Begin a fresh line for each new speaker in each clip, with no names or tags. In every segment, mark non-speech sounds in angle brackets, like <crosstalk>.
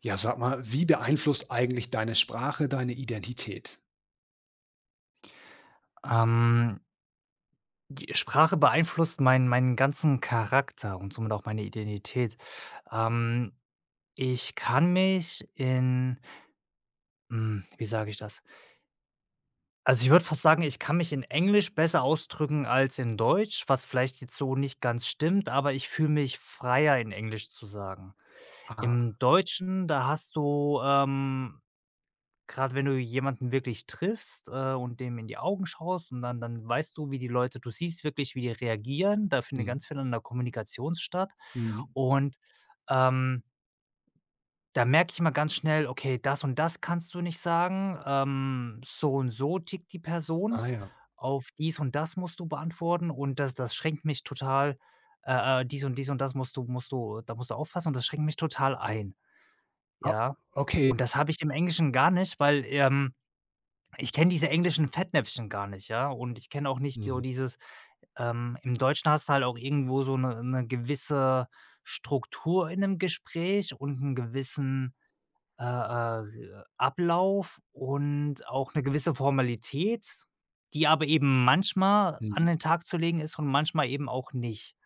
Ja, sag mal, wie beeinflusst eigentlich deine Sprache deine Identität?
Ähm, Die Sprache beeinflusst meinen ganzen Charakter und somit auch meine Identität. Ähm, Ich kann mich in wie sage ich das? Also, ich würde fast sagen, ich kann mich in Englisch besser ausdrücken als in Deutsch, was vielleicht jetzt so nicht ganz stimmt, aber ich fühle mich freier, in Englisch zu sagen.
Ah,
Im Deutschen, da hast du, gerade wenn du jemanden wirklich triffst, und dem in die Augen schaust und dann weißt du, wie die Leute du siehst wirklich, wie die reagieren. Da findet
mhm,
ganz viel an der Kommunikation statt.
mhm.
Und, ähm, da merke ich immer ganz schnell: „Okay, das und das kannst du nicht sagen. So und so tickt die Person.
Ah ja.
Auf dies und das musst du beantworten und das schränkt mich total dies und dies und das musst du da musst du aufpassen und das schränkt mich total ein.“
Ah,
Ja?
okay.
Und das habe ich im Englischen gar nicht, weil, ich kenne diese englischen Fettnäpfchen gar nicht, ja, und ich kenne auch nicht so
Mhm,
dieses im Deutschen hast du halt auch irgendwo so 'ne gewisse Struktur in 'nem Gespräch und 'n gewissen, Ablauf und auch 'ne gewisse Formalität, die aber eben manchmal an
mhm.
den Tag zu legen ist und manchmal eben auch nicht.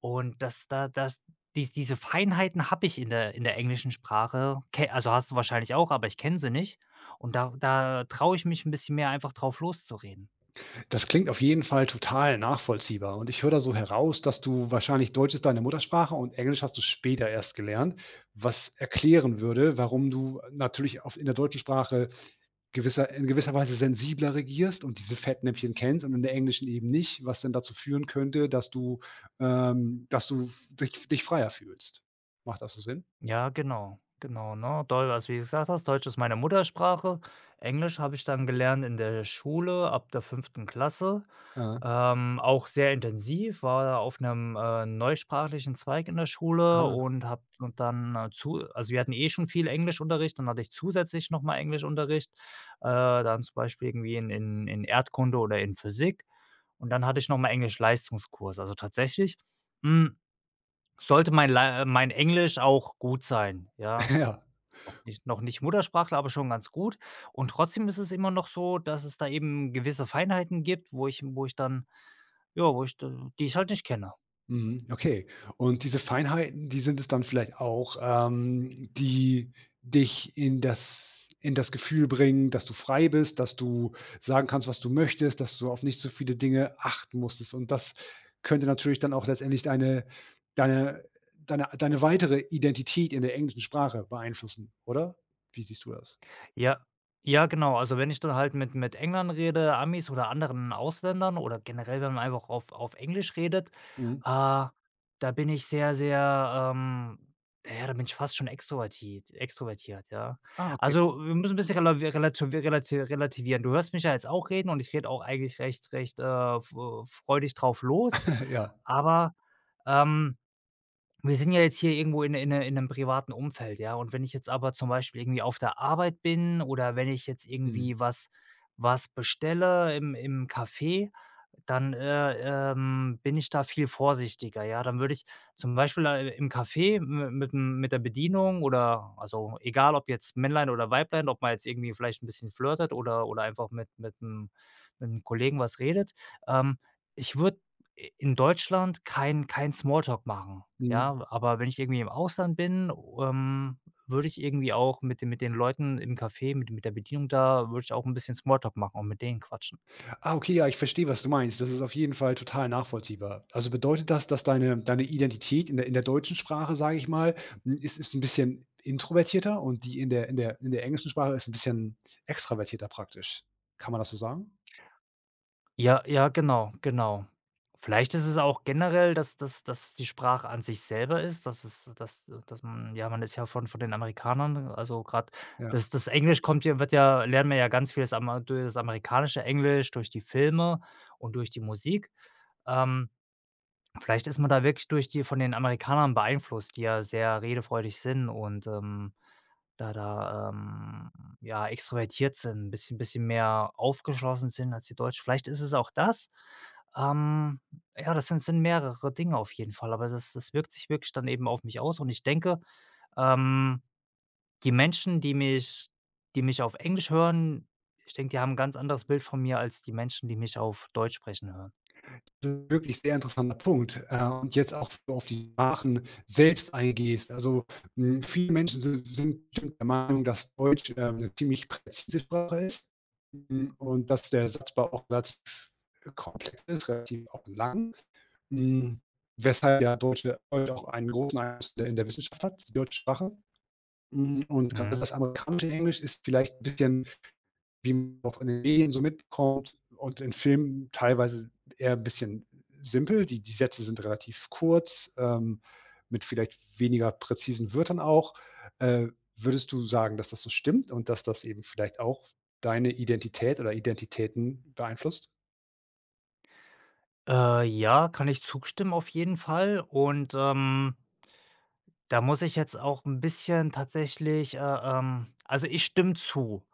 Und das diese Feinheiten habe ich in der englischen Sprache, ke also, hast du wahrscheinlich auch, aber ich kenne sie nicht. Und da traue ich mich ein bisschen mehr einfach drauf loszureden.
Das klingt auf jeden Fall total nachvollziehbar und ich höre da so heraus, dass du wahrscheinlich Deutsch ist deine Muttersprache und Englisch hast du später erst gelernt, was erklären würde, warum du natürlich auf in der deutschen Sprache gewisser in gewisser Weise sensibler regierst und diese Fettnäpfchen kennst und in der englischen eben nicht, was dann dazu führen könnte, dass du f dich freier fühlst. Macht das so Sinn?
Ja, genau, genau, ne? Deu also, wie du gesagt hast, Deutsch ist meine Muttersprache. Englisch habe ich dann gelernt in der Schule ab der fünften Klasse.
Aha.
Auch sehr intensiv, war da auf 'nem, neusprachlichen Zweig in der Schule
Ah,
und habe und dann, zu also, wir hatten eh schon viel Englischunterricht, dann hatte ich zusätzlich noch mal Englischunterricht, dann zum Beispiel irgendwie in in Erdkunde oder in Physik. Und dann hatte ich noch mal Englisch-Leistungskurs. Also, tatsächlich, hm sollte mein La mein Englisch auch gut sein, ja?
<laughs> ja.
Noch nicht Muttersprachler, aber schon ganz gut. Und trotzdem ist es immer noch so, dass es da eben gewisse Feinheiten gibt, wo ich dann ja, wo ich d die ich halt nicht kenne.
Mhm, okay. Und diese Feinheiten, die sind es dann vielleicht auch, die dich in das Gefühl bringen, dass du frei bist, dass du sagen kannst, was du möchtest, dass du auf nicht so viele Dinge achten musstest. Und das könnte natürlich dann auch letztendlich deine deine deine weitere Identität in der englischen Sprache beeinflussen, oder? Wie siehst du das?
Ja, ja, genau. Also, wenn ich dann halt mit Engländern rede, Amis oder anderen Ausländern oder generell, wenn man einfach auf Englisch redet,
Mhm.
da bin ich sehr, sehr, ja, da bin ich fast schon extrovertiert, ja.
Ah, okay.
Also, wir müssen ein bisschen relavi relati relati relativieren. Du hörst mich ja jetzt auch reden und ich rede auch eigentlich recht, f freudig drauf los,
<laughs> Ja.
aber, ähm wir sind ja jetzt hier irgendwo in 'nem privaten Umfeld, ja? Und wenn ich jetzt aber zum Beispiel irgendwie auf der Arbeit bin oder wenn ich jetzt
Mhm.
irgendwie was bestelle im Café, dann, bin ich da viel vorsichtiger, ja. Dann würde ich zum Beispiel, im Café mit der Bedienung oder also, egal ob jetzt Männlein oder Weiblein, ob man jetzt irgendwie vielleicht ein bisschen flirtet oder einfach mit einem mit 'nem Kollegen was redet. Ähm, ich würde in Deutschland kein Smalltalk machen,
Mhm.
ja? Aber wenn ich irgendwie im Ausland bin, ähm, würde ich irgendwie auch mit den Leuten im Café, mit der Bedienung da würde ich auch ein bisschen Smalltalk machen und mit denen quatschen.
Ah, okay, ja, ich verstehe, was du meinst. Das ist auf jeden Fall total nachvollziehbar. Also bedeutet das, dass deine Identität in der deutschen Sprache, sage ich mal, hm, ist ist ein bisschen introvertierter und die in der in der in der englischen Sprache ist ein bisschen extravertierter praktisch. Kann man das so sagen?
Ja, ja, genau, genau. Vielleicht ist es auch generell, dass die Sprache an sich selber ist, dass es dass man ja, man ist ja von den Amerikanern, also gerade
Ja.
das Englisch kommt ja wird ja lernen wir ja ganz vieles Ama durch das amerikanische Englisch, durch die Filme und durch die Musik. Ähm Vielleicht ist man da wirklich durch die von den Amerikanern beeinflusst, die ja sehr redefreudig sind und, da da, ähm, ja, extrovertiert sind, ein bisschen mehr aufgeschlossen sind als die Deutschen. Vielleicht ist es auch das. Ähm, ja, das sind mehrere Dinge auf jeden Fall, aber das wirkt sich wirklich dann eben auf mich aus und ich denke, ähm, die Menschen, die mich auf Englisch hören, ich denke, die haben 'n ganz anderes Bild von mir als die Menschen, die mich auf Deutsch sprechen hören.
Wirklich sehr interessanter Punkt, und jetzt auch so auf die Sprachen selbst eingehst. Also, hm, viele Menschen sind sind bestimmt der Meinung, dass Deutsch, 'ne ziemlich präzise Sprache ist, hm, und dass der Satzbau auch relativ komplex ist, relativ auch lang, hm, weshalb ja Deutsche heute auch einen großen Einfluss in der Wissenschaft hat, die deutsche Sprache. Hm, und gerade
Mhm.
das amerikanische Englisch ist vielleicht 'n bisschen wie man auch in den Medien so mitbekommt und in Filmen teilweise eher 'n bisschen simpel. Die die Sätze sind relativ kurz, mit vielleicht weniger präzisen Wörtern auch. Äh, Würdest du sagen, dass das so stimmt und dass das eben vielleicht auch deine Identität oder Identitäten beeinflusst?
Ja, kann ich zustimmen auf jeden Fall. Und, da muss ich jetzt auch ein bisschen tatsächlich, also, ich stimme zu.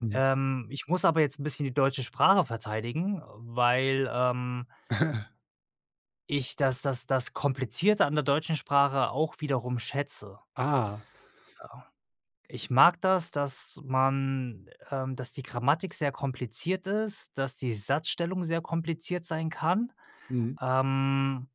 Mhm.
Ich muss aber jetzt ein bisschen die deutsche Sprache verteidigen, weil,
<laughs>
ich das Komplizierte an der deutschen Sprache auch wiederum schätze.
Ah,
Ich mag das, dass man dass die Grammatik sehr kompliziert ist, dass die Satzstellung sehr kompliziert sein kann.
mhm,
Ähm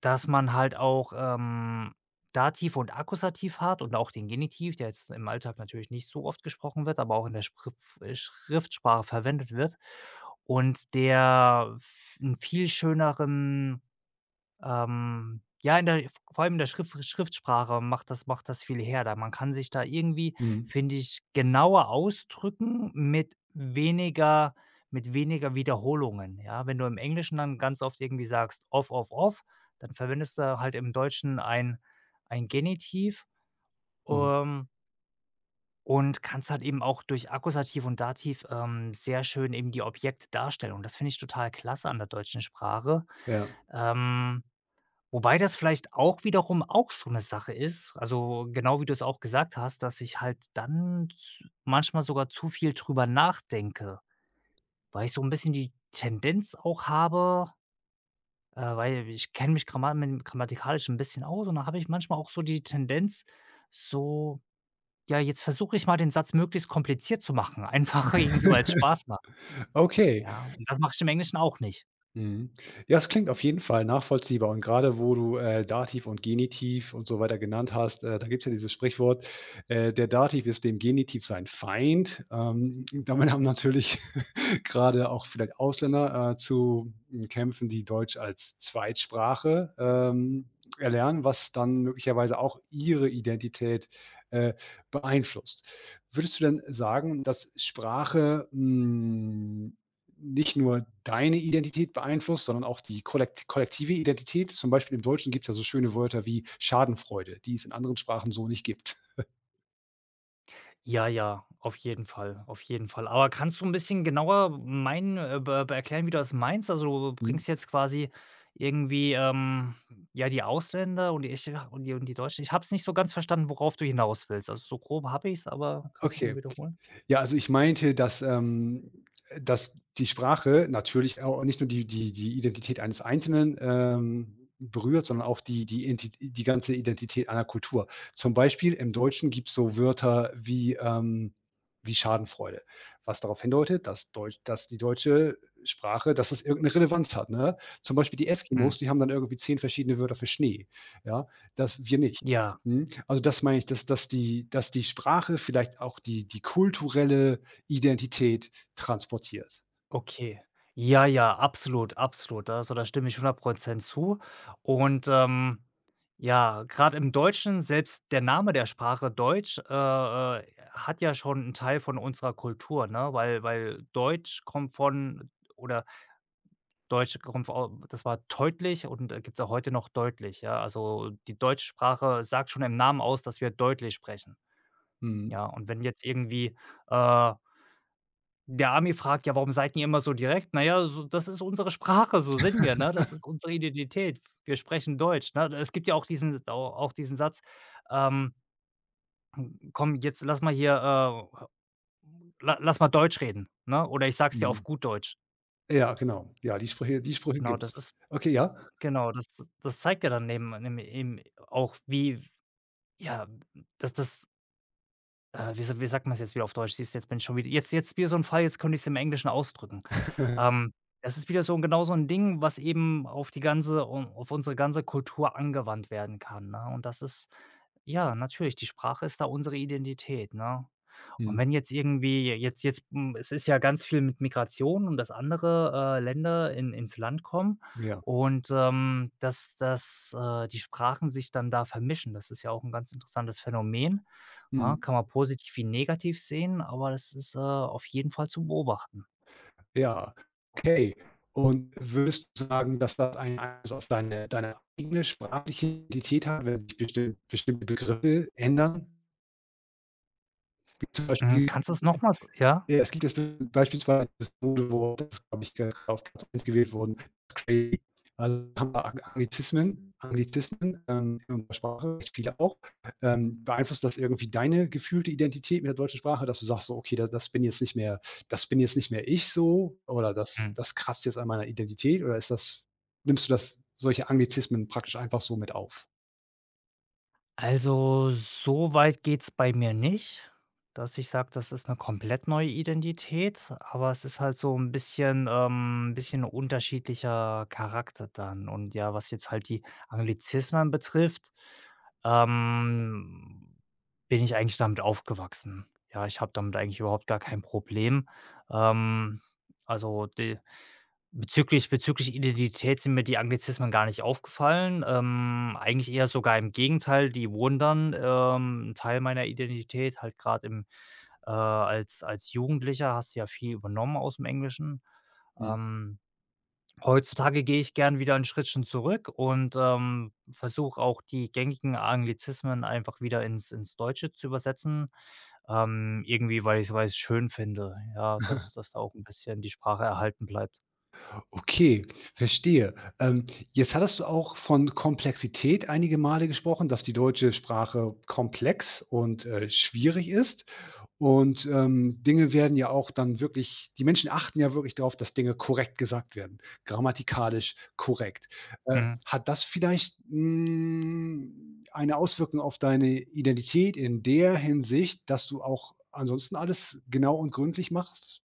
Dass man halt auch, Dativ und Akkusativ hat und auch den Genitiv, der jetzt im Alltag natürlich nicht so oft gesprochen wird, aber auch in der Sprif Schriftsprache verwendet wird und der v 'n viel schöneren ja, in der vor allem in der Schrift Schriftsprache macht das viel her, da man kann sich da irgendwie,
mhm,
finde ich, genauer ausdrücken mit weniger Wiederholungen, ja? Wenn du im Englischen dann ganz oft irgendwie sagst: „off, off, off“, dann verwendest du halt im Deutschen ein Genitiv,
mhm,
ähm, und kannst halt eben auch durch Akkusativ und Dativ, sehr schön eben die Objekte darstellen und das finde ich total klasse an der deutschen Sprache.
ja.
Ähm Wobei das vielleicht auch wiederum auch so 'ne Sache ist, also, genau wie du es auch gesagt hast, dass ich halt dann z manchmal sogar zu viel drüber nachdenke, weil ich so 'n bisschen die Tendenz auch habe weil ich kenne mich gramma mit grammatikalisch 'n bisschen aus und da habe ich manchmal auch so die Tendenz, so: „Ja, jetzt versuche ich mal, den Satz möglichst kompliziert zu machen, <laughs> einfach irgendwie, weil's
<laughs>
Spaß macht.“
Okay.
Ja, und das mache ich im Englischen auch nicht.
Mhm. Ja, es klingt auf jeden Fall nachvollziehbar und gerade wo du, Dativ und Genitiv und so weiter genannt hast, da gibt es ja dieses Sprichwort, „Der Dativ ist dem Genitiv sein Feind.“ damit haben natürlich gerade auch vielleicht Ausländer, zu hm, Kämpfen, die Deutsch als Zweitsprache, erlernen, was dann möglicherweise auch ihre Identität, äh, beeinflusst. Würdest du denn sagen, dass Sprache, hm, nicht nur deine Identität beeinflusst, sondern auch die kollekt kollektive Identität? Zum Beispiel im Deutschen gibt es ja so schöne Wörter wie Schadenfreude, die es in anderen Sprachen so nicht gibt.
Ja, ja, auf jeden Fall, auf jeden Fall. Aber kannst du ein bisschen genauer meinen be be erklären, wie du das meinst? Also, du
Mhm.
bringst jetzt quasi irgendwie, ja, die Ausländer und die ich und die Deutschen ich habe es nicht so ganz verstanden, worauf du hinaus willst. Also, so grob habe ich es, aber kannst du es noch
Okay.
wiederholen?
Ja, also ich meinte, dass, dass die Sprache natürlich auch nicht nur die die die Identität eines Einzelnen, berührt, sondern auch die die Inti die ganze Identität einer Kultur. Zum Beispiel im Deutschen gibt es so Wörter wie, wie Schadenfreude, was darauf hindeutet, dass Deutsch dass die deutsche Sprache dass es irgendeine Relevanz hat, ne? Zum Beispiel die
Mhm.
Eskimos, die haben dann irgendwie 10 verschiedene Wörter für Schnee, ja? Das wir nicht.
Ja.
Mhm. Also, das meine ich, dass dass die Sprache vielleicht auch die die kulturelle Identität transportiert.
Okay. Ja, ja, absolut, absolut. Also, da stimme ich 100% zu. Und, ja, gerade im Deutschen, selbst der Name der Sprache Deutsch, äh, hat ja schon einen Teil von unserer Kultur, ne? Weil Deutsch kommt von oder Deutsch kommt vo das war deutlich und, gibt es auch heute noch deutlich, ja? Also, die deutsche Sprache sagt schon im Namen aus, dass wir deutlich sprechen,
Mhm,
ja? Und wenn jetzt irgendwie, äh der haben fragt „Ja, warum seid ihr immer so direkt?“ „Na ja, so das ist unsere Sprache, so sind wir, ne? Das ist unsere Identität. Wir sprechen Deutsch“, ne? Es gibt ja auch diesen au auch diesen Satz, ähm: „Komm, jetzt lass mal hier, la lass mal Deutsch reden“, ne? Oder ich sage es dir auf
mhm.
gut Deutsch.
Ja, genau. Ja, die Sprüche
Genau,
gibt's.
das ist
Okay, ja.
genau, das das zeigt ja dann neben eben auch, wie ja, dass das wie sa wie sagt man's jetzt wieder auf Deutsch? Siehst du, jetzt bin ich schon wieder jetzt wieder so ein Fall, jetzt könnte ich es im Englischen ausdrücken.
<laughs>
Ähm, das ist wieder so 'n genau so ein Ding, was eben auf die ganze auf unsere ganze Kultur angewandt werden kann, ne? Und das ist ja, natürlich, die Sprache ist da unsere Identität, ne? Und
Mhm,
wenn jetzt irgendwie es ist ja ganz viel mit Migration und dass andere, Länder in ins Land kommen
ja,
und, dass die Sprachen sich dann da vermischen. Das ist ja auch ein ganz interessantes Phänomen.
mhm,
Ja, kann man positiv wie negativ sehen, aber das ist, auf jeden Fall zu beobachten.
ja. Okay. Und würdest du sagen, dass das einen Einfluss auf deine deine eigene sprachliche Identität hat, wenn sich bestimm bestimmte Begriffe ändern, wie zum
Hm,
Beispiel
kannst du's noch mal ja?
Ja, es gibt jetzt beispielsweise das Mode Wort, das glaube ich, auf Platz 1 gewählt wurden. Crazy. Also, haben wir Ang Anglizismen Anglizismen, in unserer Sprache, recht viele auch. Beeinflusst das irgendwie deine gefühlte Identität mit der deutschen Sprache, dass du sagst so: „Okay, da das bin jetzt nicht mehr das bin jetzt nicht mehr ich so oder das
Mhm.
das kratzt jetzt an meiner Identität“ oder ist das nimmst du das solche Anglizismen praktisch einfach so mit auf?
Also, so weit geht's bei mir nicht, dass ich sage, das ist eine komplett neue Identität, aber es ist halt so ein bisschen bisschen unterschiedlicher Charakter dann. Und ja, was jetzt halt die Anglizismen betrifft, ähm, bin ich eigentlich damit aufgewachsen. Ja, ich habe damit eigentlich überhaupt gar kein Problem. Ähm, also, de Bezüglich Identität sind mir die Anglizismen gar nicht aufgefallen. Eigentlich eher sogar im Gegenteil, die wurden dann, 'n Teil meiner Identität, halt gerade im als als Jugendlicher hast du ja viel übernommen aus dem Englischen.
Mhm.
Ähm, heutzutage gehe ich gern wieder 'n Schrittchen zurück und, versuche auch die gängigen Anglizismen einfach wieder ins Deutsche zu übersetzen, irgendwie, weil ich es schön finde, ja, dass
<laughs>
dass da auch ein bisschen die Sprache erhalten bleibt.
Okay, verstehe. Jetzt hattest du auch von Komplexität einige Male gesprochen, dass die deutsche Sprache komplex und, schwierig ist. Und, Dinge werden ja auch dann wirklich die Menschen achten ja wirklich darauf, dass Dinge korrekt gesagt werden, grammatikalisch korrekt.
Mhm.
Hat das vielleicht, hm, eine Auswirkung auf deine Identität in der Hinsicht, dass du auch ansonsten alles genau und gründlich machst?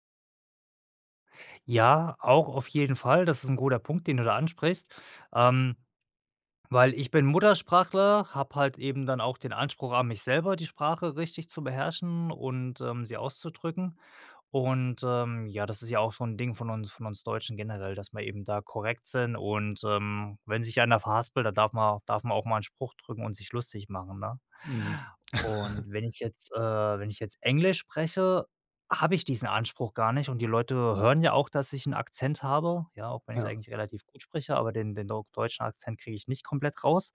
Ja, auch auf jeden Fall. Das ist ein guter Punkt, den du da ansprichst, ähm, weil ich bin Muttersprachler, habe halt eben dann auch den Anspruch an mich selber, die Sprache richtig zu beherrschen und, sie auszudrücken. Und, ja, das ist ja auch so ein Ding von uns Deutschen generell, dass wir eben da korrekt sind und, wenn sich einer verhaspelt, da darf man auch mal einen Spruch drücken und sich lustig machen, ne?
Mhm.
Und wenn ich jetzt, wenn ich jetzt Englisch spreche, habe ich diesen Anspruch gar nicht und die Leute hören ja auch, dass ich einen Akzent habe, ja, auch wenn ich's
Ja.
eigentlich relativ gut spreche, aber den den deu deutschen Akzent kriege ich nicht komplett raus.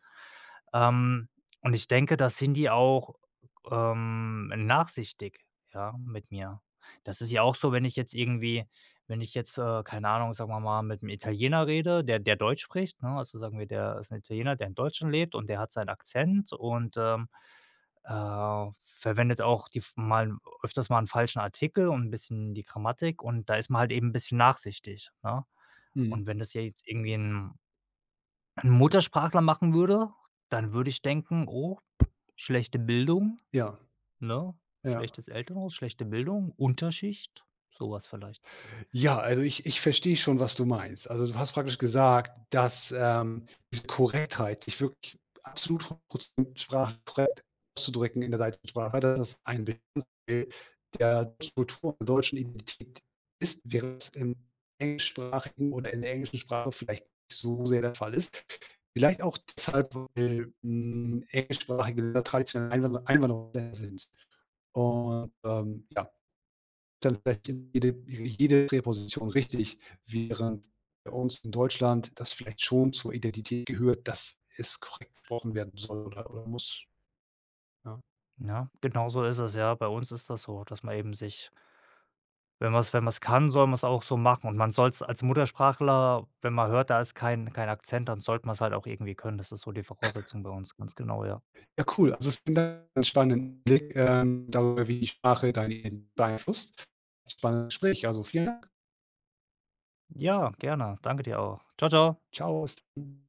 Ähm, und ich denke, da sind die auch, nachsichtig, ja, mit mir. Das ist ja auch so, wenn ich jetzt irgendwie wenn ich jetzt, keine Ahnung, sagen wir mal, mit einem Italiener rede, der Deutsch spricht, ne? Also, sagen wir, der ist 'n Italiener, der in Deutschland lebt und der hat seinen Akzent und, verwendet auch die f mal öfters mal einen falschen Artikel und ein bisschen die Grammatik und da ist man halt eben 'n bisschen nachsichtig, ne?
Mhm.
Und wenn das ja jetzt irgendwie ein 'n Muttersprachler machen würde, dann würde ich denken: „Oh, schlechte Bildung,
Ja.
ne?
Ja.
Schlechtes Elternhaus, schlechte Bildung, Unterschicht“, sowas vielleicht.
Ja, also ich verstehe schon, was du meinst. Also, du hast praktisch gesagt, dass, diese Korrektheit, sich wirklich absolut 100% sprachlich korrekt auszudrücken in der deutschen Sprache, dass das ein Bestandteil der Kultur der deutschen Identität ist, während es im englischsprachigen oder in der englischen Sprache vielleicht nicht so sehr der Fall ist. Vielleicht auch deshalb, weil, hm, englischsprachige traditionelle Einwanderer Einwanderungsländer sind. Und, ja, dann vielleicht in jede jede Drehposition richtig, während bei uns in Deutschland das vielleicht schon zur Identität gehört, dass es korrekt gesprochen werden soll oder muss, ja.
Ja, genau so ist es, ja. Bei uns ist das so, dass man eben sich wenn man es, wenn man's kann, soll man es auch so machen. Und man soll's als Muttersprachler, wenn man hört, da ist kein Akzent, dann sollte man es halt auch irgendwie können. Das ist so die Voraussetzung bei uns, ganz genau, ja.
Ja, cool. Also, vielen Dank für den spannenden Blick, darüber, wie die Sprache deine Identität beeinflusst. Spannendes Gespräch, also vielen Dank.
Ja, gerne. Danke dir auch. Ciao, ciao.
Ciao bis dann.